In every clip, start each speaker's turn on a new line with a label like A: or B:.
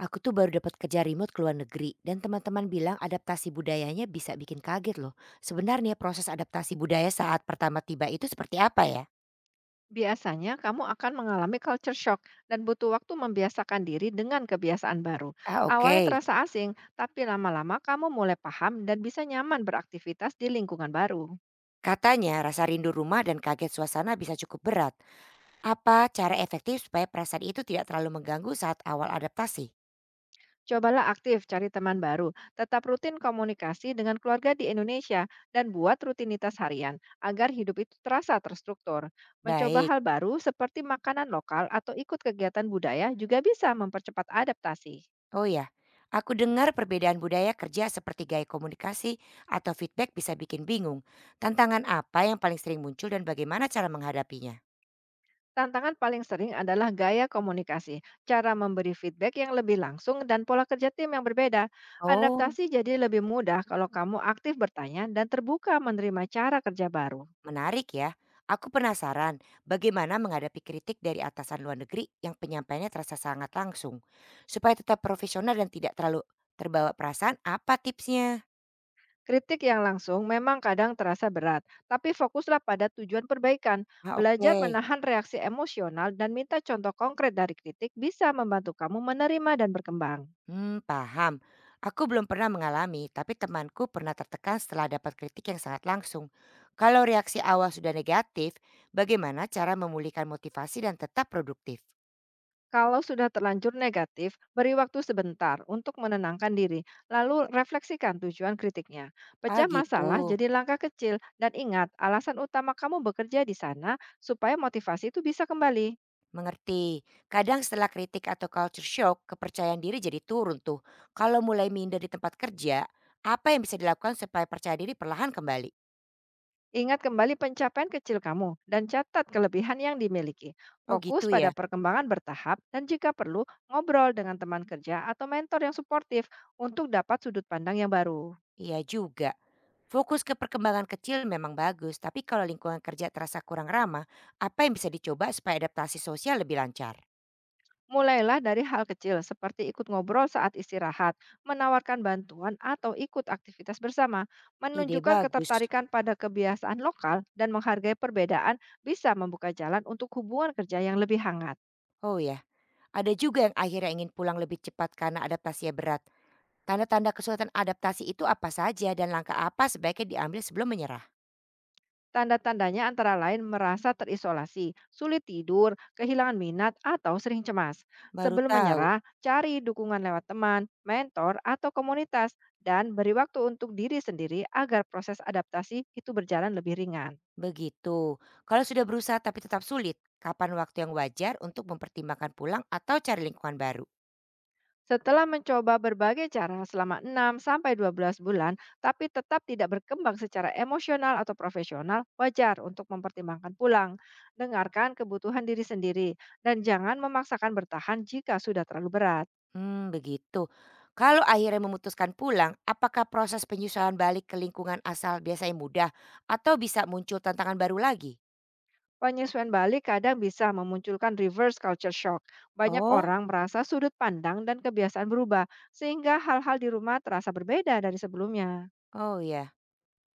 A: Aku tuh baru dapat kerja remote ke luar negeri dan teman-teman bilang adaptasi budayanya bisa bikin kaget loh. Sebenarnya proses adaptasi budaya saat pertama tiba itu seperti apa ya?
B: Biasanya kamu akan mengalami culture shock dan butuh waktu membiasakan diri dengan kebiasaan baru.
A: Ah,
B: Awalnya
A: oke.
B: terasa asing, tapi lama-lama kamu mulai paham dan bisa nyaman beraktivitas di lingkungan baru.
A: Katanya rasa rindu rumah dan kaget suasana bisa cukup berat. Apa cara efektif supaya perasaan itu tidak terlalu mengganggu saat awal adaptasi?
B: Cobalah aktif cari teman baru, tetap rutin komunikasi dengan keluarga di Indonesia, dan buat rutinitas harian agar hidup itu terasa terstruktur. Mencoba
A: Baik.
B: hal baru seperti makanan lokal atau ikut kegiatan budaya juga bisa mempercepat adaptasi.
A: Oh ya, aku dengar perbedaan budaya kerja seperti gaya komunikasi atau feedback bisa bikin bingung. Tantangan apa yang paling sering muncul dan bagaimana cara menghadapinya?
B: Tantangan paling sering adalah gaya komunikasi, cara memberi feedback yang lebih langsung, dan pola kerja tim yang berbeda.
A: Oh.
B: Adaptasi jadi lebih mudah kalau kamu aktif bertanya dan terbuka menerima cara kerja baru.
A: Menarik ya. Aku penasaran bagaimana menghadapi kritik dari atasan luar negeri yang penyampaiannya terasa sangat langsung. Supaya tetap profesional dan tidak terlalu terbawa perasaan, apa tipsnya?
B: Kritik yang langsung memang kadang terasa berat, tapi fokuslah pada tujuan perbaikan.
A: Ah,
B: Belajar
A: oke.
B: menahan reaksi emosional dan minta contoh konkret dari kritik bisa membantu kamu menerima dan berkembang.
A: Hmm, paham. Aku belum pernah mengalami, tapi temanku pernah tertekan setelah dapat kritik yang sangat langsung. Kalau reaksi awal sudah negatif, bagaimana cara memulihkan motivasi dan tetap produktif?
B: Kalau sudah terlanjur negatif, beri waktu sebentar untuk menenangkan diri, lalu refleksikan tujuan kritiknya.
A: Ah,
B: Pecah
A: gitu.
B: masalah jadi langkah kecil dan ingat alasan utama kamu bekerja di sana supaya motivasi itu bisa kembali.
A: Mengerti. Kadang setelah kritik atau culture shock, kepercayaan diri jadi turun tuh. Kalau mulai minder di tempat kerja, apa yang bisa dilakukan supaya percaya diri perlahan kembali?
B: Ingat kembali pencapaian kecil kamu dan catat kelebihan yang dimiliki.
A: Oh
B: Fokus
A: gitu
B: pada
A: ya?
B: perkembangan bertahap dan jika perlu ngobrol dengan teman kerja atau mentor yang suportif untuk dapat sudut pandang yang baru.
A: Iya juga. Fokus ke perkembangan kecil memang bagus, tapi kalau lingkungan kerja terasa kurang ramah, apa yang bisa dicoba supaya adaptasi sosial lebih lancar?
B: Mulailah dari hal kecil seperti ikut ngobrol saat istirahat, menawarkan bantuan atau ikut aktivitas bersama,
A: Ide
B: menunjukkan
A: bagus.
B: ketertarikan pada kebiasaan lokal dan menghargai perbedaan bisa membuka jalan untuk hubungan kerja yang lebih hangat.
A: Oh ya, ada juga yang akhirnya ingin pulang lebih cepat karena adaptasinya berat. Tanda-tanda kesulitan adaptasi itu apa saja dan langkah apa sebaiknya diambil sebelum menyerah?
B: Tanda-tandanya antara lain merasa terisolasi, sulit tidur, kehilangan minat, atau sering cemas.
A: Baru
B: Sebelum
A: tahu,
B: menyerah, cari dukungan lewat teman, mentor, atau komunitas, dan beri waktu untuk diri sendiri agar proses adaptasi itu berjalan lebih ringan.
A: begitu. Kalau sudah berusaha tapi tetap sulit, kapan waktu yang wajar untuk mempertimbangkan pulang atau cari lingkungan baru?
B: Setelah mencoba berbagai cara selama 6 sampai 12 bulan, tapi tetap tidak berkembang secara emosional atau profesional, wajar untuk mempertimbangkan pulang. Dengarkan kebutuhan diri sendiri dan jangan memaksakan bertahan jika sudah terlalu berat.
A: Hmm, begitu. Kalau akhirnya memutuskan pulang, apakah proses penyesuaian balik ke lingkungan asal biasanya mudah atau bisa muncul tantangan baru lagi?
B: Penyesuaian balik kadang bisa memunculkan reverse culture shock. Banyak
A: Oh,
B: orang merasa sudut pandang dan kebiasaan berubah, sehingga hal-hal di rumah terasa berbeda dari sebelumnya.
A: oh ya.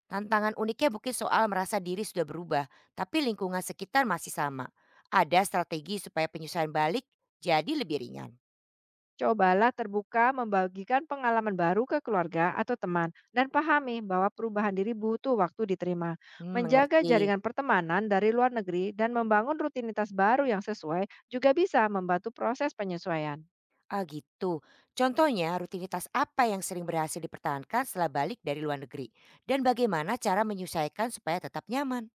A: Tantangan uniknya mungkin soal merasa diri sudah berubah, tapi lingkungan sekitar masih sama. Ada strategi supaya penyesuaian balik jadi lebih ringan.
B: Cobalah terbuka membagikan pengalaman baru ke keluarga atau teman dan pahami bahwa perubahan diri butuh waktu diterima.
A: Hmm,
B: Menjaga
A: mengerti.
B: jaringan pertemanan dari luar negeri dan membangun rutinitas baru yang sesuai juga bisa membantu proses penyesuaian.
A: Ah gitu. Contohnya rutinitas apa yang sering berhasil dipertahankan setelah balik dari luar negeri? Dan bagaimana cara menyesuaikan supaya tetap nyaman?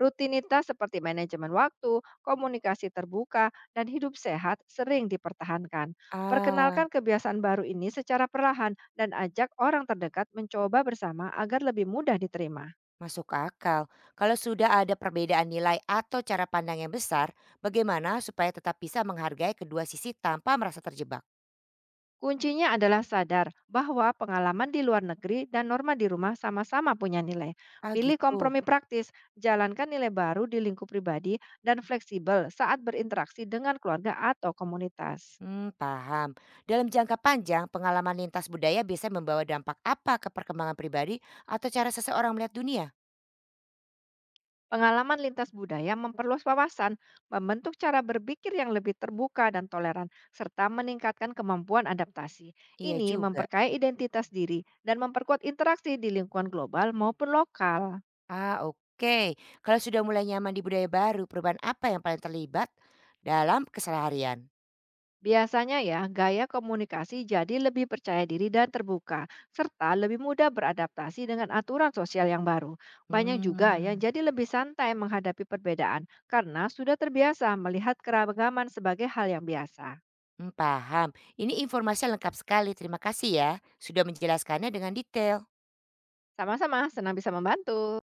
B: Rutinitas seperti manajemen waktu, komunikasi terbuka, dan hidup sehat sering dipertahankan.
A: Ah,
B: Perkenalkan kebiasaan baru ini secara perlahan dan ajak orang terdekat mencoba bersama agar lebih mudah diterima.
A: masuk akal. Kalau sudah ada perbedaan nilai atau cara pandang yang besar, bagaimana supaya tetap bisa menghargai kedua sisi tanpa merasa terjebak?
B: Kuncinya adalah sadar bahwa pengalaman di luar negeri dan norma di rumah sama-sama punya nilai.
A: Ah
B: Pilih
A: gitu.
B: kompromi praktis, jalankan nilai baru di lingkup pribadi, dan fleksibel saat berinteraksi dengan keluarga atau komunitas.
A: Hmm, paham. Dalam jangka panjang, pengalaman lintas budaya bisa membawa dampak apa ke perkembangan pribadi atau cara seseorang melihat dunia?
B: Pengalaman lintas budaya memperluas wawasan, membentuk cara berpikir yang lebih terbuka dan toleran, serta meningkatkan kemampuan adaptasi.
A: Iya
B: Ini
A: juga.
B: memperkaya identitas diri dan memperkuat interaksi di lingkungan global maupun lokal.
A: Ah, oke. Kalau sudah mulai nyaman di budaya baru, perubahan apa yang paling terlibat dalam keseharian?
B: Biasanya ya, gaya komunikasi jadi lebih percaya diri dan terbuka, serta lebih mudah beradaptasi dengan aturan sosial yang baru. Banyak juga yang
A: Hmm,
B: jadi lebih santai menghadapi perbedaan karena sudah terbiasa melihat keragaman sebagai hal yang biasa.
A: paham. Ini informasi lengkap sekali. Terima kasih ya sudah menjelaskannya dengan detail.
B: Sama-sama, senang bisa membantu.